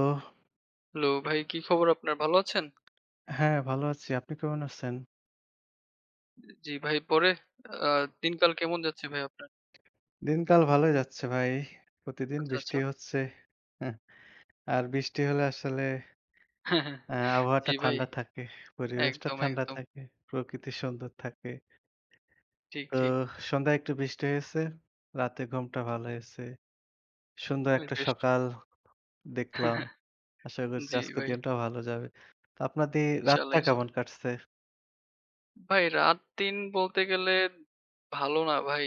তো হ্যালো ভাই, কি খবর আপনার? ভালো আছেন? হ্যাঁ, ভালো আছি। আপনি কেমন আছেন? জি ভাই, পরে আ দিনকাল কেমন যাচ্ছে ভাই আপনার? দিনকাল ভালোই যাচ্ছে ভাই। প্রতিদিন আচ্ছা, আচ্ছা। বৃষ্টি হচ্ছে। হ্যাঁ, আর বৃষ্টি হলে আসলে জি আবহাওয়াটা ভাই, ঠান্ডা থাকে, পরিবেশটা একদম, ঠান্ডা একদম। থাকে, প্রকৃতি সুন্দর থাকে। ঠিক, তো ঠিক। সন্ধ্যায় একটু বৃষ্টি হয়েছে, রাতে ঘুমটা ভালো হয়েছে। সুন্দর একটা বেশ। সকাল দেখলাম। আশা করছি জি আজকের ভাই, দিনটা ভালো যাবে। তো আপনাদের রাতটা ইনশাআল্লাহ, ইনশাআল্লাহ। কেমন কাটছে? ভাই রাত-দিন বলতে গেলে ভালো না ভাই।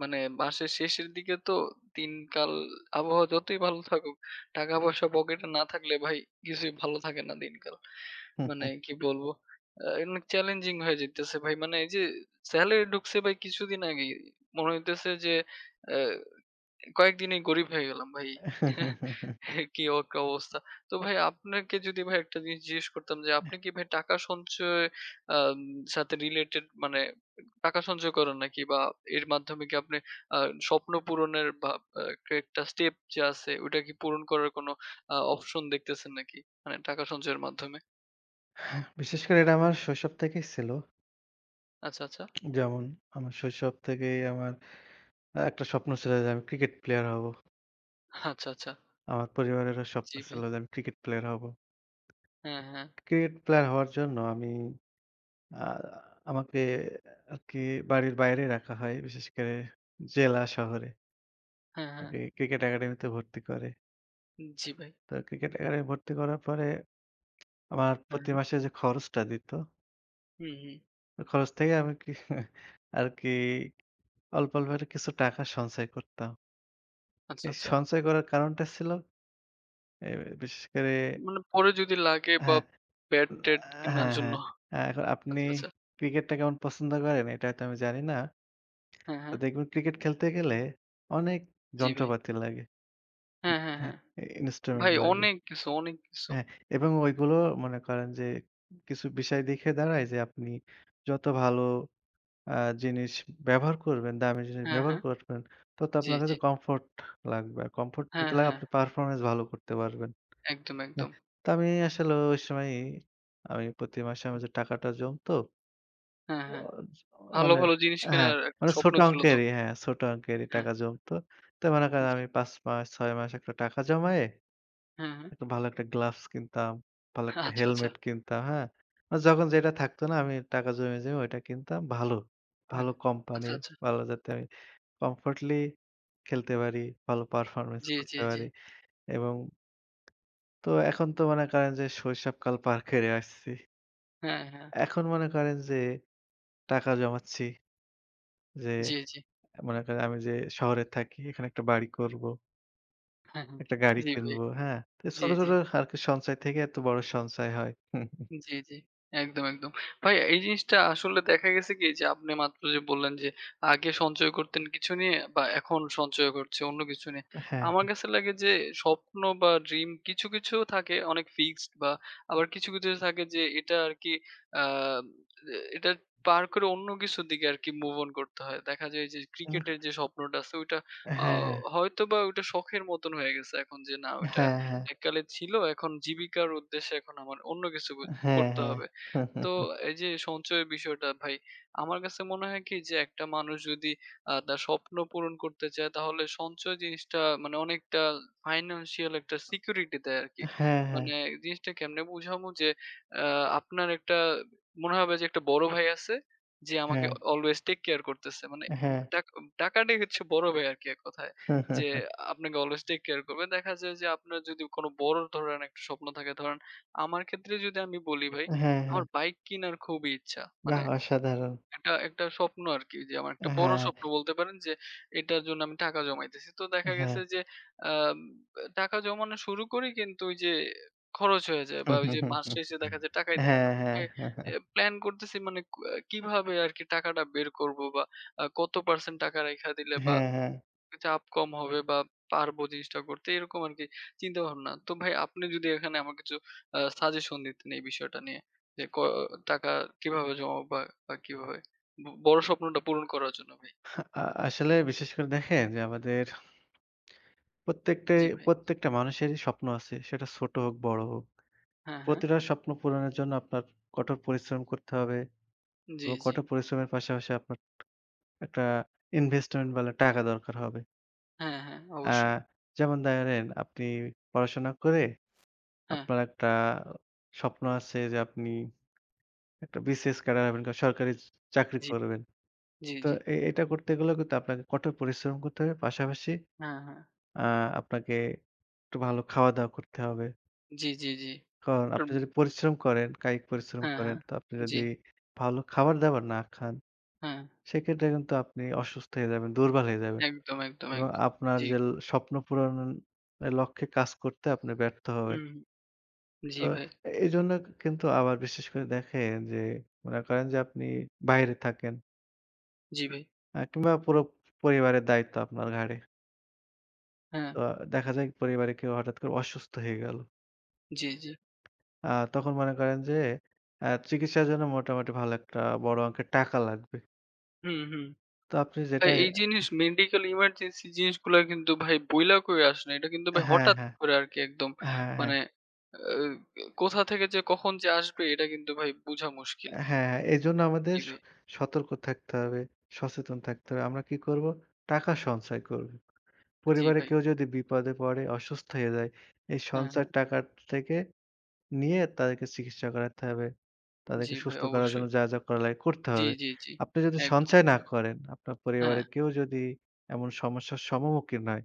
মানে মাসের শেষের দিকে তো দিনকাল আবহাওয়া যতই ভালো থাকুক, টাকা-পয়সা পকেটে না থাকলে ভাই কিছুই ভালো থাকে না দিনকাল। মানে কি বলবো? অনেক চ্যালেঞ্জিং হয়ে যাইতেছে ভাই। মানে এই যে সেলারি ঢুকছে ভাই কিছুদিন আগেই। মনে হইতেছে যে আ কয়েকদিনেই গরিব হয়ে গেলাম ভাই। কি একটা অবস্থা। তো ভাই আপনাকে যদি ভাই একটা জিনিস জিজ্ঞেস করতাম যে আপনি কি ভাই টাকা সঞ্চয় আম সাথে রিলেটেড মানে টাকা সঞ্চয় করেন নাকি? বা এর মাধ্যমে কি আপনি আ স্বপ্ন পূরণের বা আ একটা স্টেপ যে আছে ওইটা কি পূরণ করার কোনো অপশন দেখতেছেন নাকি? মানে টাকা সঞ্চয়ের মাধ্যমে? বিশেষ করে এটা আমার শৈশব থেকেই ছিল। আচ্ছা, আচ্ছা। যেমন আমার শৈশব থেকেই আমার একটা স্বপ্ন ছিল যে আমি ক্রিকেট প্লেয়ার হব। আচ্ছা, আচ্ছা। আমার পরিবারেরও স্বপ্ন জি ভাই। ছিল যে আমি ক্রিকেট প্লেয়ার হব। হ্যাঁ, হ্যাঁ। ক্রিকেট প্লেয়ার হওয়ার জন্য আমি আ আমাকে আরকি বাড়ির বাইরে রাখা হয়। বিশেষ করে জেলা শহরে। হ্যাঁ, হ্যাঁ। আরকি ক্রিকেট একাডেমিতে ভর্তি করে। জি ভাই। তো ক্রিকেট একাডেমি ভর্তি করার পরে আমার হ্যাঁ, প্রতি হ্যাঁ। মাসে যে খরচটা দিত, হুম, হুম। ওই খরচ থেকে আমি কি আরকি অল্প, অল্প করে কিছু টাকা সঞ্চয় করতাম। আচ্ছা, এই আচ্ছা। সঞ্চয় করার কারণটা ছিল এ বিশেষ করে মানে পরে যদি লাগে বা হ্যাঁ। ব্যাট-ট্যাট কেনার হ্যাঁ, জন্য হ্যাঁ। এখন আপনি আচ্ছা, আচ্ছা। ক্রিকেটটা কেমন পছন্দ করেন এটা হয়তো আমি জানি না। হ্যাঁ, তো হ্যাঁ। দেখবেন ক্রিকেট খেলতে গেলে অনেক জি ভাই। যন্ত্রপাতি লাগে। হ্যাঁ, হ্যাঁ, হ্যাঁ, হ্যাঁ। ইনস্ট্রুমেন্ট ভাই লাগে। অনেক কিছু, অনেক কিছু। হ্যাঁ, এবং ওইগুলো মনে করেন যে কিছু বিষয় দেখে দাঁড়ায় যে আপনি যত ভালো আ জিনিস ব্যবহার করবেন, দামি জিনিস হ্যাঁ, ব্যবহার হ্যাঁ। করবেন, তত জি, আপনার জি। কাছে কমফোর্ট লাগবে। আর কমফোর্ট যত হ্যাঁ, লাগবে হ্যাঁ। আপনি হ্যাঁ। পারফরম্যান্স ভালো করতে পারবেন। একদম, হ্যাঁ, একদম। তো আমি আসলে ওই সময় আমি প্রতি মাসে আমার যে টাকাটা জমতো হ্যাঁ, হ্যাঁ। ও ভালো, মানে ভালো জিনিস হ্যাঁ, কেনার একটা মানে স্বপ্ন ছোট ছিল অঙ্কেরই তখন। হ্যাঁ, ছোট অঙ্কেরই হ্যাঁ, টাকা জমতো। তো মনে করেন জি। আমি ৫ মাস ৬ মাস একটা টাকা জমায়ে হ্যাঁ, হ্যাঁ। একটা ভালো একটা গ্লাভস কিনতাম, ভালো একটা আচ্ছা, আচ্ছা। হেলমেট কিনতাম, হ্যাঁ? আর যখন যেটা থাকতো না আমি টাকা জমিয়ে, জমিয়ে ওইটা কিনতাম ভালো, আ ভালো আচ্ছা, কোম্পানির আচ্ছা। ভালো যাতে আমি কমফোর্টলি খেলতে পারি, ভালো পারফরম্যান্স জি, জি, করতে জি। পারি এবং তো এখন তো মনে করেন যে শৈশবকাল পার করে আসছি। হ্যাঁ, হ্যাঁ। এখন মনে করেন যে টাকা জমাচ্ছি যে জি, জি। মনে করেন আমি যে শহরে থাকি, এখানে একটা বাড়ি করব, হ্যাঁ, হ্যাঁ। একটা গাড়ি জি ভাই। কিনবো, হ্যাঁ? তো জি, ছোট, জি। ছোট আরকি সঞ্চয় থেকে এত বড় সঞ্চয় হয়। জি, জি। একদম, একদম। ভাই এই জিনিসটা আসলে দেখা গেছে কি যে আপনি মাত্র যে বললেন যে আগে সঞ্চয় করতেন কিছু নিয়ে বা এখন সঞ্চয় করছে অন্য কিছু নিয়ে। হ্যাঁ, আমার কাছে লাগে যে স্বপ্ন বা ড্রিম কিছু, কিছু থাকে অনেক ফিক্সড বা আবার কিছু, কিছু থাকে যে এটা আরকি আ এটা পার করে অন্য কিছুর দিকে আরকি মুভ অন করতে হয়। দেখা যায় যে উম ক্রিকেটের যে স্বপ্নটা আছে ওইটা আ হ্যাঁ, হ্যাঁ, হয়তোবা ওইটা শখের মতন হয়ে গেছে এখন যে না ওইটা হ্যাঁ, এককালে ছিল এখন জীবিকার উদ্দেশ্যে এখন আমার অন্য কিছু হ্যাঁ, হ্যাঁ, করতে হ্যাঁ, হ্যাঁ, হবে। তো এই যে সঞ্চয়ের বিষয়টা ভাই, আমার কাছে মনে হয় কি যে একটা মানুষ যদি তার স্বপ্ন পূরণ করতে চায় তাহলে সঞ্চয় জিনিসটা মানে অনেকটা ফাইন্যান্সিয়াল একটা সিকিউরিটি দেয় আরকি। হ্যাঁ, মানে জিনিসটা কেমনে বুঝামু যে আ আপনার একটা মনে হবে যে একটা বড় ভাই আছে যে আমাকে হ্যাঁ, অলওয়েজ টেক কেয়ার করতেছে। মানে হ্যাঁ, টাক টাকাটাই হচ্ছে বড় ভাই আরকি এক কথায়। হ্যাঁ যে আপনাকে অলওয়েজ টেক কেয়ার করবে। দেখা যায় যে আপনার যদি কোন বড় ধরেন একটা স্বপ্ন থাকে ধরেন আমার ক্ষেত্রে যদি আমি বলি ভাই হ্যাঁ আমার বাইক কিনার খুবই ইচ্ছা। মানে বাহ! অসাধারণ। একটা একটা স্বপ্ন আরকি যে আমার একটা বড় হ্যাঁ, স্বপ্ন বলতে পারেন যে এটার জন্য আমি টাকা জমাইতেছি। তো দেখা হ্যাঁ। গেছে যে আম টাকা জমানো শুরু করি কিন্তু ওই যে খরচ হয়ে যায় বা ওই যে মাস শেষে দেখা যায় টাকাই থাকে না। হ্যাঁ, তবে হ্যাঁ, প্ল্যান করতেছি মানে কিভাবে আরকি টাকাটা বের করব বা কত পার্সেন্ট টাকা রাইখা দিলে বা হ্যাঁ, হ্যাঁ। চাপ কম হবে বা পারবো জিনিসটা করতে এরকম আরকি চিন্তাভাবনা। তো ভাই আপনি যদি এখানে আমার কিছু সাজেশন দিতেন এই বিষয়টা নিয়ে যে টাকা কিভাবে জমাবো বা, বা কিভাবে বড় স্বপ্নটা পূরণ করার জন্য ভাই? আ আসলে বিশেষ করে দেখেন যে আমাদের প্রত্যেকটাই জি ভাই। প্রত্যেকটা মানুষেরই স্বপ্ন আছে। সেটা ছোট হোক, বড় হোক। হ্যাঁ, হ্যাঁ। প্রতিটা স্বপ্ন পূরণের জন্য আপনার কঠোর পরিশ্রম করতে হবে জি, এবং জি। কঠোর পরিশ্রমের পাশাপাশি আপনার একটা ইনভেস্টমেন্ট বলে টাকা দরকার হবে। হ্যাঁ, হ্যাঁ, আ অবশ্যই। যেমন ধরেন আপনি পড়াশোনা করে হ্যাঁ, আপনার একটা স্বপ্ন আছে যে আপনি একটা বিসিএস ক্যাডার হবেন, সরকারি চাকরি জি, করবেন। জি, তো জি। এটা করতে গেলেও কিন্তু আপনাকে কঠোর পরিশ্রম করতে হবে। পাশাপাশি হ্যাঁ, হ্যাঁ। আ আপনাকে একটু ভালো খাওয়া-দাওয়া করতে হবে। জি, জি, জি। কারণ টম আপনি যদি পরিশ্রম করেন, কায়িক পরিশ্রম হ্যাঁ, করেন, হ্যাঁ। তো আপনি জি, যদি ভালো খাবার-দাবার না খান হ্যাঁ। সেক্ষেত্রে কিন্তু আপনি অসুস্থ হয়ে যাবেন, দুর্বল হয়ে যাবেন একদম, একদম, এবং একদম। আপনার জি। যে স্বপ্ন পূরণের লক্ষ্যে কাজ করতে আপনি ব্যর্থ হবেন। হুম, হুম, জি তো ভাই, এজন্য কিন্তু আবার বিশেষ করে দেখেন যে মনে করেন যে আপনি বাইরে থাকেন জি ভাই। কিংবা পুরো পরিবারের দায়িত্ব আপনার ঘাড়ে। হ্যাঁ, তো দেখা যায় পরিবারে কেউ হঠাৎ করে অসুস্থ হয়ে গেল। জি, জি। তখন মনে করেন যে চিকিৎসার জন্য মোটামুটি ভালো একটা বড় অঙ্কের টাকা লাগবে। হুম, হুম। তো আপনি ভাই যেটাই এই জিনিস মেডিকেল ইমার্জেন্সি জিনিসগুলা কিন্তু ভাই বইলা কইরা আসে না। এটা কিন্তু ভাই হ্যাঁ, হঠাৎ হ্যাঁ, করে আরকি একদম হ্যাঁ, হ্যাঁ। মানে আ কোথা থেকে যে কখন যে আসবে এটা কিন্তু ভাই বুঝা মুশকিল। হ্যাঁ, হ্যাঁ, এজন্য আমাদের জি ভাই, সতর্ক থাকতে হবে, সচেতন থাকতে হবে। আমরা কি করব? টাকা সঞ্চয় করব। জি পরিবারে ভাই। কেউ যদি বিপদে পড়ে, অসুস্থ হয়ে যায়, এই হ্যাঁ, হ্যাঁ। সঞ্চয়ের টাকা থেকে নিয়ে তাদেরকে চিকিৎসা করাতে হবে। জি তাদেরকে ভাই সুস্থ করার অবশ্যই। জন্য যা, যা করা লাগে করতে জি, হবে। জি, জি। আপনি যদি একদম। সঞ্চয় না করেন, আপনার হ্যাঁ, পরিবারের কেউ যদি এমন সমস্যার সম্মুখীন হয়,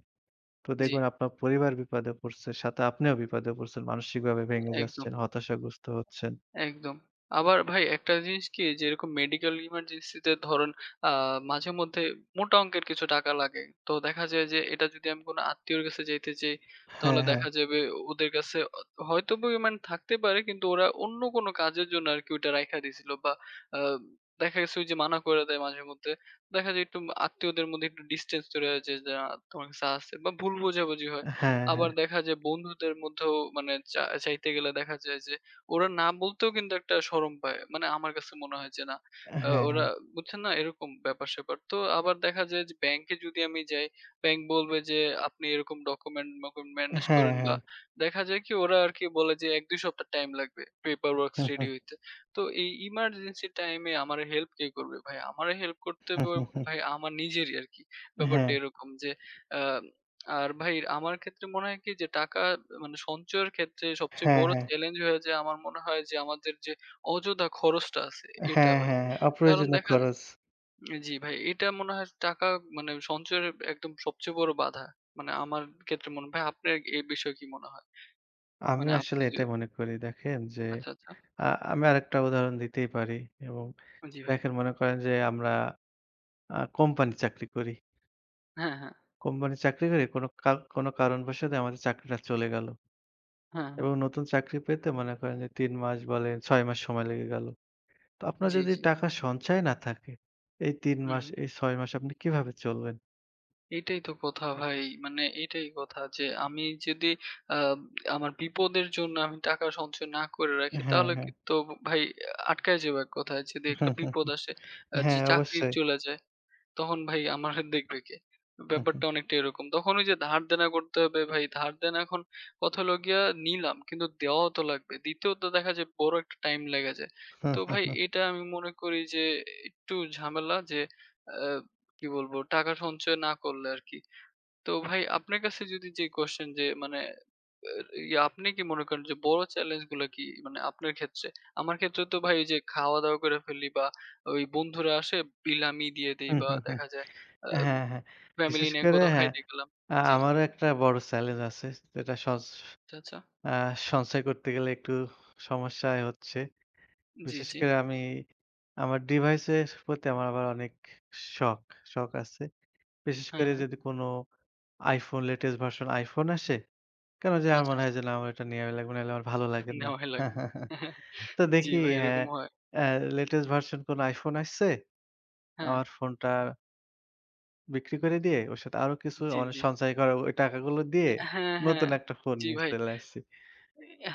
তো জি, দেখবেন আপনার পরিবার বিপদে পড়ছে, সাথে আপনিও বিপদে পড়ছেন। মানসিকভাবে ভেঙে একদম। যাচ্ছেন, হতাশাগ্রস্ত হচ্ছেন। একদম। আবার ভাই একটা জিনিস কি যেরকম মেডিকেল ইমার্জেন্সি তে ধরুন আ মাঝেমধ্যে মোটা অঙ্কের কিছু টাকা লাগে। তো দেখা যায় যে এটা যদি আমি কোনো আত্মীয়র কাছে যাইতে চাই তাহলে হ্যাঁ, হ্যাঁ। দেখা যাবে ওদের কাছে হয়তো পরিমাণ থাকতে পারে কিন্তু ওরা অন্য কোনো কাজের জন্য আরকি ওইটা রাইখা দিছিল বা আ দেখা গেছে ওই যে মানা করে দেয় মাঝেমধ্যে। দেখা যায় একটু আত্মীয়দের মধ্যে একটু ডিসট্যান্স তৈরি হয় যে না তোমার কাছে আছে বা ভুল বোঝাবুঝি হয়। হ্যাঁ, আবার হ্যাঁ। দেখা যায় বন্ধুদের মধ্যেও মানে চা চাইতে গেলে দেখা যায় যে ওরা না বলতেও কিন্তু একটা শরম পায়। মানে আমার কাছে মনে হয় যে না, হ্যাঁ। ওরা বুঝছেন না? এরকম ব্যাপার-স্যাপার। তো আবার দেখা যায় যে ব্যাংকে যদি আমি যাই, ব্যাংক বলবে যে, "আপনি এরকম ডকুমেন্ট-মকুমেন্ট ম্যানেজ হ্যাঁ, করেন" বা হ্যাঁ। দেখা যায় কি ওরা আরকি বলে যে ১-২ সপ্তাহ টাইম লাগবে paper works hmm, ready hmm, হইতে। তো এই ইমার্জেন্সি টাইমে আমার হেল্প কে করবে ভাই? আমারে হেল্প করতে হুম, হবে হুম, হুম। ভাই আমার নিজেরই আরকি। ব্যাপারটা হ্যাঁ, এরকম যে আ আর ভাই আমার ক্ষেত্রে মনে হয় কি যে টাকা মানে সঞ্চয়ের ক্ষেত্রে সবচেয়ে হ্যাঁ, বড় হ্যাঁ। চ্যালেঞ্জ হয়ে যায় আমার মনে হয় যে আমাদের যে অযথা খরচটা আছে এটা হ্যাঁ, ভাই। হ্যাঁ। কারণ অপ্রয়োজনীয় দেখা যায় খরচ। জি ভাই এটা মনে হয় টাকা মানে সঞ্চয়ের একদম সবচেয়ে বড় বাধা। মানে আমার ক্ষেত্রে মনে হয়। ভাই আপনার এই বিষয়ে কি মনে হয়? মানে আমিও আসলে আপনি যে এটাই মনে করি দেখেন যে আচ্ছা, আচ্ছা। আ আমি আরেকটা উদাহরণ দিতেই পারি এবং জি ভাই। দেখেন মনে করেন যে আমরা কোম্পানির চাকরি করি। হ্যাঁ, হ্যাঁ। কোম্পানির চাকরি করে কোনো কোনো কারণবশত আমাদের চাকরিটা চলে গেল হ্যাঁ, হ্যাঁ। এবং নতুন চাকরি পেতে মনে করেন যে ৩ মাস বলেন ৬ মাস সময় লেগে গেল। তো আপনার জি, যদি জি। টাকা সঞ্চয় না থাকে, এই ৩ হুম, মাস হুম। এই ৬ মাস আপনি কিভাবে চলবেন? এটাই তো কথা ভাই। মানে এটাই কথা যে আমি যদি আম আমার বিপদের জন্য আমি টাকা সঞ্চয় না করে রাখি হ্যাঁ, তাহলে হ্যাঁ। কিন্তু ভাই আটকায় যাবো এক কথায়। যদি একটা হুম, হুম, বিপদ হুম। আসে, যে হ্যাঁ, চাকরি অবশ্যই। চলে যায় তখন ভাই আমার দেখবে কে? হুম, হুম। ব্যাপারটা অনেকটা এরকম। তখন ওই যে ধার দেনা করতে হবে ভাই, ধার দেনা এখন কথা হলো গিয়া নিলাম কিন্তু দেওয়াও তো লাগবে। দিতেও তো দেখা যায় বড় একটা টাইম লেগে যায়। হুম, তো হুম, ভাই হুম। এটা আমি মনে করি যে একটু ঝামেলা যে আ কি বলবো টাকা সঞ্চয় না করলে আরকি। তো ভাই আপনার কাছে যদি যে কোয়েশ্চেন যে মানে এর ইয়ে আপনি কি মনে করেন যে বড় চ্যালেঞ্জ গুলা কি? মানে আপনার ক্ষেত্রে? আমার ক্ষেত্রে তো ভাই ওই যে খাওয়া-দাওয়া করে ফেলি বা ওই বন্ধুরা আসে বিল আমি দিয়ে দেই হুম, বা হুম, হুম। দেখা যায় আ হ্যাঁ, হ্যাঁ। ফ্যামিলি বিশেষ নিয়ে করে কোথাও হ্যাঁ, খাইতে গেলাম। জি। আমারও একটা বড় চ্যালেঞ্জ আছে। যেটা আচ্ছা, আচ্ছা। আ সঞ্চয় করতে গেলে একটু সমস্যায় হচ্ছে। জি, বিশেষ জি। করে আমি আমার ডিভাইসের প্রতি আমার আবার অনেক শখ, শখ আছে। বিশেষ হ্যাঁ, করে হ্যাঁ। যদি কোনো iPhone latest version iPhone আসে, কেন জানি আমার আচ্ছা, মনে হয় আচ্ছা। যে, "না আমার এটা নেয়াই লাগবে, নাহলে আমার ভালো লাগে না।" নেওয়াই লাগবে। তো জি দেখি ভাই হ্যাঁ, এরকম হয়। অ্যা latest version কোনো iPhone আসছে, হ্যাঁ। আমার ফোনটা বিক্রি করে দিয়ে ওর সাথে আরো কিছু জি, মানে জি। সঞ্চয় করা ওই টাকাগুলো দিয়ে হ্যাঁ, হ্যাঁ। নতুন একটা ফোন জি নিয়ে ভাই। চলে আসছি।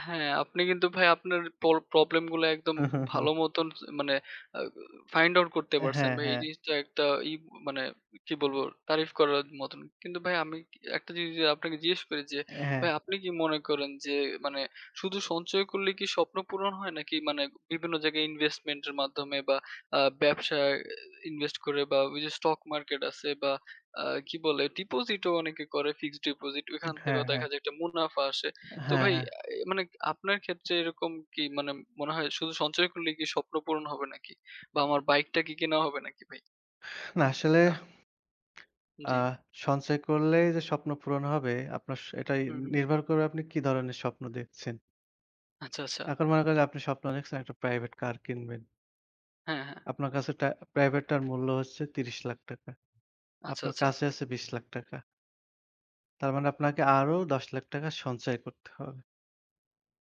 হ্যাঁ, আপনি কিন্তু ভাই আপনার পর প্রবলেম গুলো একদম ভালো মতন মানে আ ফাইন্ড আউট করতে হ্যাঁ, পারছেন হ্যাঁ, ভাই। এই হ্যাঁ, জিনিসটা একটা ই মানে কি বলবো তারিফ করার মতন। কিন্তু ভাই আমি একটা জিনিস যে আপনাকে জিজ্ঞেস করি যে, হ্যাঁ, ভাই আপনি কি মনে করেন যে মানে শুধু সঞ্চয় করলে কি স্বপ্ন পূরণ হয়? নাকি মানে বিভিন্ন জায়গায় ইনভেস্টমেন্ট এর মাধ্যমে বা ব্যবসায় ইনভেস্ট করে বা ওই যে স্টক মার্কেট আছে বা আ কি বলে ডিপোজিটও অনেকে করে ফিক্সড ডিপোজিট। ওইখান থেকেও হ্যাঁ, দেখা যায় একটা মুনাফা আসে। তো হ্যাঁ, ভাই হ্যাঁ। মানে আপনার ক্ষেত্রে এরকম কি মানে মনে হয় শুধু সঞ্চয় করলেই কি স্বপ্ন পূরণ হবে নাকি? বা আমার বাইকটা কি কেনা হবে নাকি ভাই? না আসলে আহ জি। আ সঞ্চয় করলেই যে স্বপ্ন পূরণ হবে আপনার এটাই হুম, হুম। নির্ভর করবে আপনি কি ধরনের স্বপ্ন দেখছেন। আচ্ছা, আচ্ছা। এখন মনে করেন আপনি স্বপ্ন দেখছেন একটা প্রাইভেট কার কিনবেন। হ্যাঁ, হ্যাঁ। আপনার কাছে প্রাইভেটটার মূল্য হচ্ছে ৳৩০,০০,০০০। আচ্ছা, আপনার আচ্ছা। কাছে আছে ৳২০,০০,০০০। তার মানে আপনাকে আরো ৳১০,০০,০০০ সঞ্চয় করতে হবে।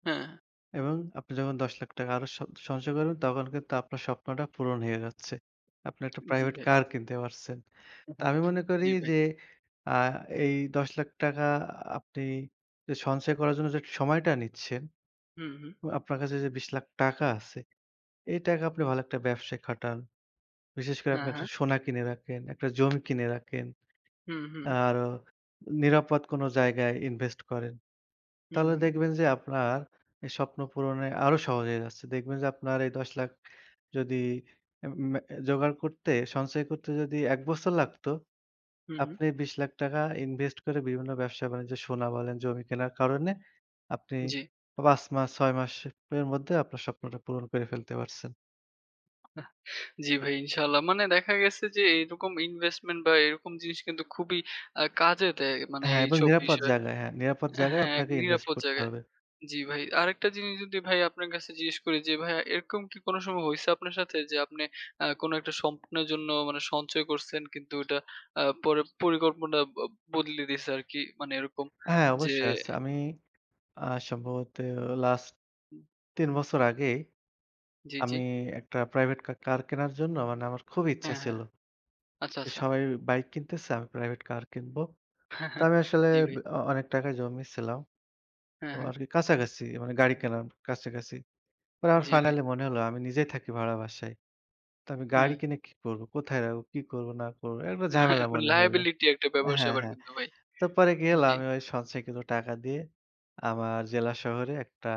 হ্যাঁ, হ্যাঁ। এবং আপনি যখন ৳১০,০০,০০০ আরো সঞ্চয় করবেন তখন কিন্তু আপনার স্বপ্নটা পূরণ হয়ে যাচ্ছে। আপনি একটা জি প্রাইভেট ভাই। কার কিনতে পারছেন। তো হ্যাঁ, আমি মনে করি জি ভাই। যে আ এই ৳১০,০০,০০০ আপনি যে সঞ্চয় করার জন্য যে সময়টা নিচ্ছেন, হুম, হুম। আপনার কাছে যে ৳২০,০০,০০০ আছে, এই টাকা আপনি ভালো একটা ব্যবসায় খাটান। বিশেষ করে হ্যাঁ, আপনি একটা হ্যাঁ। সোনা কিনে রাখেন, একটা জমি কিনে রাখেন, হুম, হুম। আরো নিরাপদ কোনো জায়গায় ইনভেস্ট করেন। হুম, তাহলে হুম। দেখবেন যে আপনার এই স্বপ্ন পূরণে আরো সহজ হয়ে যাচ্ছে। দেখবেন যে আপনার এই ১০,০০,০০০ যদি এম মে জোগাড় করতে, সঞ্চয় করতে যদি ১ বছর লাগতো, হুম, হুম। আপনি ২০,০০,০০০ ইনভেস্ট করে বিভিন্ন ব্যবসা-বাণিজ্য সোনা বলেন, জমি কেনার কারণে আপনি জি। ৫ মাস, ৬ মাসের মধ্যে আপনার স্বপ্নটা পূরণ করে ফেলতে পারছেন। আহ জি ভাই ইনশাআল্লাহ। মানে দেখা গেছে যে এরকম ইনভেস্টমেন্ট বা এরকম জিনিস কিন্তু খুবই কাজে দেয় মানে হ্যাঁ, এবং এইসব নিরাপদ বিষয়ে জায়গায়, হ্যাঁ, নিরাপদ জায়গায় হ্যাঁ, এক আপনাকে ইনভেস্ট নিরাপদ করতে জায়গায়। হবে। জি ভাই। আরেকটা জিনিস যদি ভাই আপনার কাছে জিজ্ঞেস করি যে ভাইয়া এরকম কি কোনো সময় হইছে আপনার সাথে যে আপনি কোনো একটা স্বপ্নের জন্য মানে সঞ্চয় করছেন কিন্তু ওটা পরে পরিকল্পনা বদলে দিছে আরকি মানে এরকম হ্যাঁ, যে অবশ্যই আছে। আমি সম্ভবত লাস্ট ৩ বছর আগেই জি, জি। আমি একটা প্রাইভেট কার কেনার জন্য মানে আমার খুব ইচ্ছা হ্যাঁ, হ্যাঁ। ছিল। আচ্ছা, যে আচ্ছা। সবাই বাইক কিনতেছে, আমি প্রাইভেট কার কিনবো। হ্যাঁ, তো হ্যাঁ। আমি আসলে জি ভাই। অনেক টাকা জমিয়েছিলাম। তো হ্যাঁ, হ্যাঁ। আরকি কাছাকাছি মানে গাড়ি কেনার কাছাকাছি। পরে আমার জি ভাই। ফাইনালি মনে হলো আমি নিজেই থাকি ভাড়া বাসায়। তো আমি হ্যাঁ। গাড়ি কিনে কি করব? কোথায় রাখবো? কি করব না করব? একটা হ্যাঁ, ঝামেলা মানে মনে হলো। লায়াবিলিটি একটা হ্যাঁ, ব্যাপার-স্যাপার হ্যাঁ। কিন্তু ভাই। তো পরে কি হলো জি। আমি ওই সঞ্চয়কৃত টাকা দিয়ে আমার জেলা শহরে একটা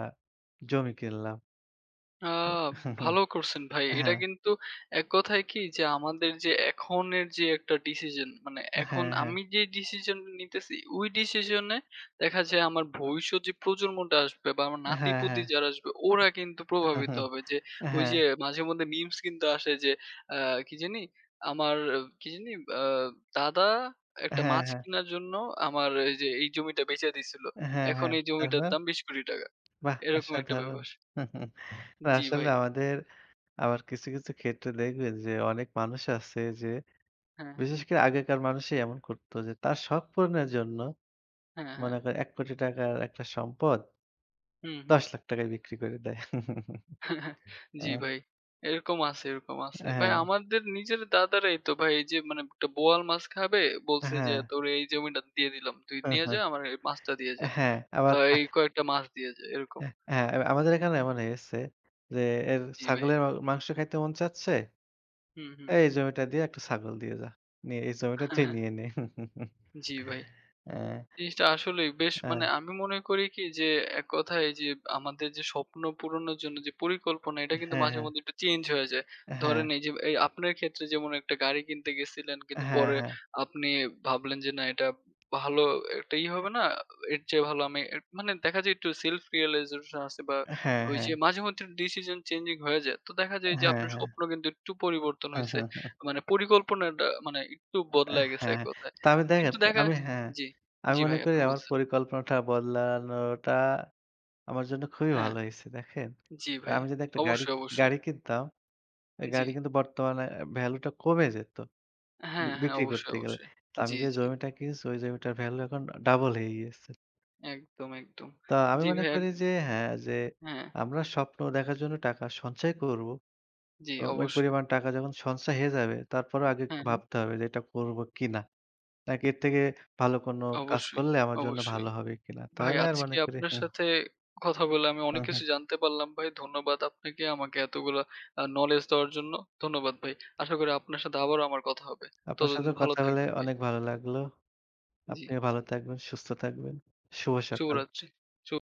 জমি কিনলাম। আ ভালো করছেন ভাই। এটা হ্যাঁ, কিন্তু এক কথায় কি যে আমাদের যে এখনের যে একটা ডিসিশন মানে এখন হ্যাঁ, হ্যাঁ, আমি যে ডিসিশন নিতেছি ওই ডিসিশনে দেখা যায় আমার ভবিষ্যৎ যে প্রজন্মটা আসবে বা আমার হ্যাঁ, হ্যাঁ, নাতি-পুতি হ্যাঁ। যারা আসবে ওরা কিন্তু প্রভাবিত হবে। যে ওই হ্যাঁ। যে মাঝেমধ্যে মিমস কিন্তু আসে যে আ কি জানি আমার আহ, কি জানি আ দাদা একটা হ্যাঁ, মাছ হ্যাঁ। কিনার জন্য আমার এই যে এই জমিটা বেচে দিছিল। হ্যাঁ, এখন হ্যাঁ। এই জমিটার তারপর? দাম ৳২০,০০,০০,০০০ বাহ! এরকম একটা অসাধারণ। ব্যাপার। না জি ভাই। আসলে আমাদের আবার কিছু, কিছু ক্ষেত্রে দেখবেন যে অনেক মানুষ আছে যে হ্যাঁ, হ্যাঁ। বিশেষ করে আগেকার মানুষই এমন করত যে তার শখ পূরণের জন্য হ্যাঁ, হ্যাঁ। মনে করেন ৳১,০০,০০,০০০ র একটা সম্পদ হুম, হুম। ৳১০,০০,০০০ বিক্রি করে দেয়। আ জি ভাই। এরকম আছে, এরকম আছে। ভাই হ্যাঁ, আমাদের নিজের দাদারাই তো ভাই এই যে মানে একটা বোয়াল মাছ খাবে, বলছে যে হ্যাঁ, "তোর এই জমিটা দিয়ে দিলাম। তুই হ্যাঁ, নিয়ে যা হ্যাঁ, আমার এই মাছটা দিয়ে যা। হ্যাঁ, বা আবার এই কয়েকটা মাছ দিয়ে যা।" এরকম। হ্যাঁ, আমাদের এখানে এমন হয়েছে যে জি ভাই। ছাগলের মা মাংস খাইতে মন চাচ্ছে, হুম, হুম। "এই জমিটা দিয়ে একটা ছাগল দিয়ে যা। নিয়ে এই জমিটা তুই নিয়ে নে।" জি ভাই। হ্যাঁ, জিনিসটা আসলেই বেশ হ্যাঁ, মানে আমি মনে করি কি যে এক কথায় এই যে আমাদের যে স্বপ্ন পূরণের জন্য যে পরিকল্পনা এটা কিন্তু মাঝে হ্যাঁ, মধ্যে একটু চেঞ্জ হয়ে যায়। হ্যাঁ, ধরেন এই যে এই আপনার ক্ষেত্রে যেমন একটা গাড়ি কিনতে গেছিলেন কিন্তু হ্যাঁ, পরে হ্যাঁ, আপনি ভাবলেন যে না এটা ভালো একটা ই হবে না। এর চেয়ে ভালো আমি মানে দেখা যায় একটু self realization আছে বা হ্যাঁ, হ্যাঁ, ওই হ্যাঁ, যে মাঝে মধ্যে ডিসিশন চেঞ্জিং হয়ে যায়। তো দেখা যায় যে আপনার হ্যাঁ, স্বপ্ন কিন্তু একটু পরিবর্তন হ্যাঁ, হইছে। হ্যাঁ, মানে পরিকল্পনাটা মানে একটু হ্যাঁ, বদলায় গেছে এক হ্যাঁ। কথায়। তা আমি দেখেন কিন্তু দেখা আমি হ্যাঁ, জি। আমি জি মনে ভাই, করি আপনি আমার বলছেন। পরিকল্পনাটা বদলানোটা আমার জন্য খুবই হ্যাঁ, ভালো হইছে দেখেন। জি ভাই। আমি যদি একটা গাড়ি অবশ্যই, অবশ্যই। গাড়ি কিনতাম, ওই জি। গাড়ি কিন্তু বর্তমানে ভ্যালুটা কমে যেত হ্যাঁ, হ্যাঁ, বিক্রি অবশ্যই, করতে গেলে। অবশ্যই। তো আমি জি, যে জি। জমিটা কিনছি ওই জমিটার ভ্যালু এখন ডাবল হয়ে গিয়েছে। একদম, একদম। তো আমি জি মনে ভাই, এক করি যে হ্যাঁ, যে হ্যাঁ, আমরা স্বপ্ন দেখার জন্য টাকা সঞ্চয় করব। জি এবং ওই অবশ্যই। পরিমাণ টাকা যখন সঞ্চয় হয়ে যাবে, তারপরেও আগে একটু হ্যাঁ, হ্যাঁ। ভাবতে হবে যে এটা করব কিনা? নাকি এর থেকে ভালো কোনো কাজ অবশ্যই, করলে আমার জন্য অবশ্যই। ভালো হবে কিনা? ভাই তাহলে আর আজকে মনে করি আপনার হুম, সাথে কথা বলে আমি হুম, অনেক হুম। কিছু জানতে পারলাম ভাই। ধন্যবাদ আপনাকে আমাকে এতগুলা knowledge দেওয়ার জন্য। ধন্যবাদ ভাই। আশা করি আপনার সাথে আবারও আমার কথা হবে। আপনার সাথে ততদিন ভালো কথা বলে থাকবেন ভাই। অনেক ভালো লাগলো। জি। আপনিও ভালো থাকবেন, সুস্থ থাকবেন। শুভ সকাল। শুভরাত্রি। শুভ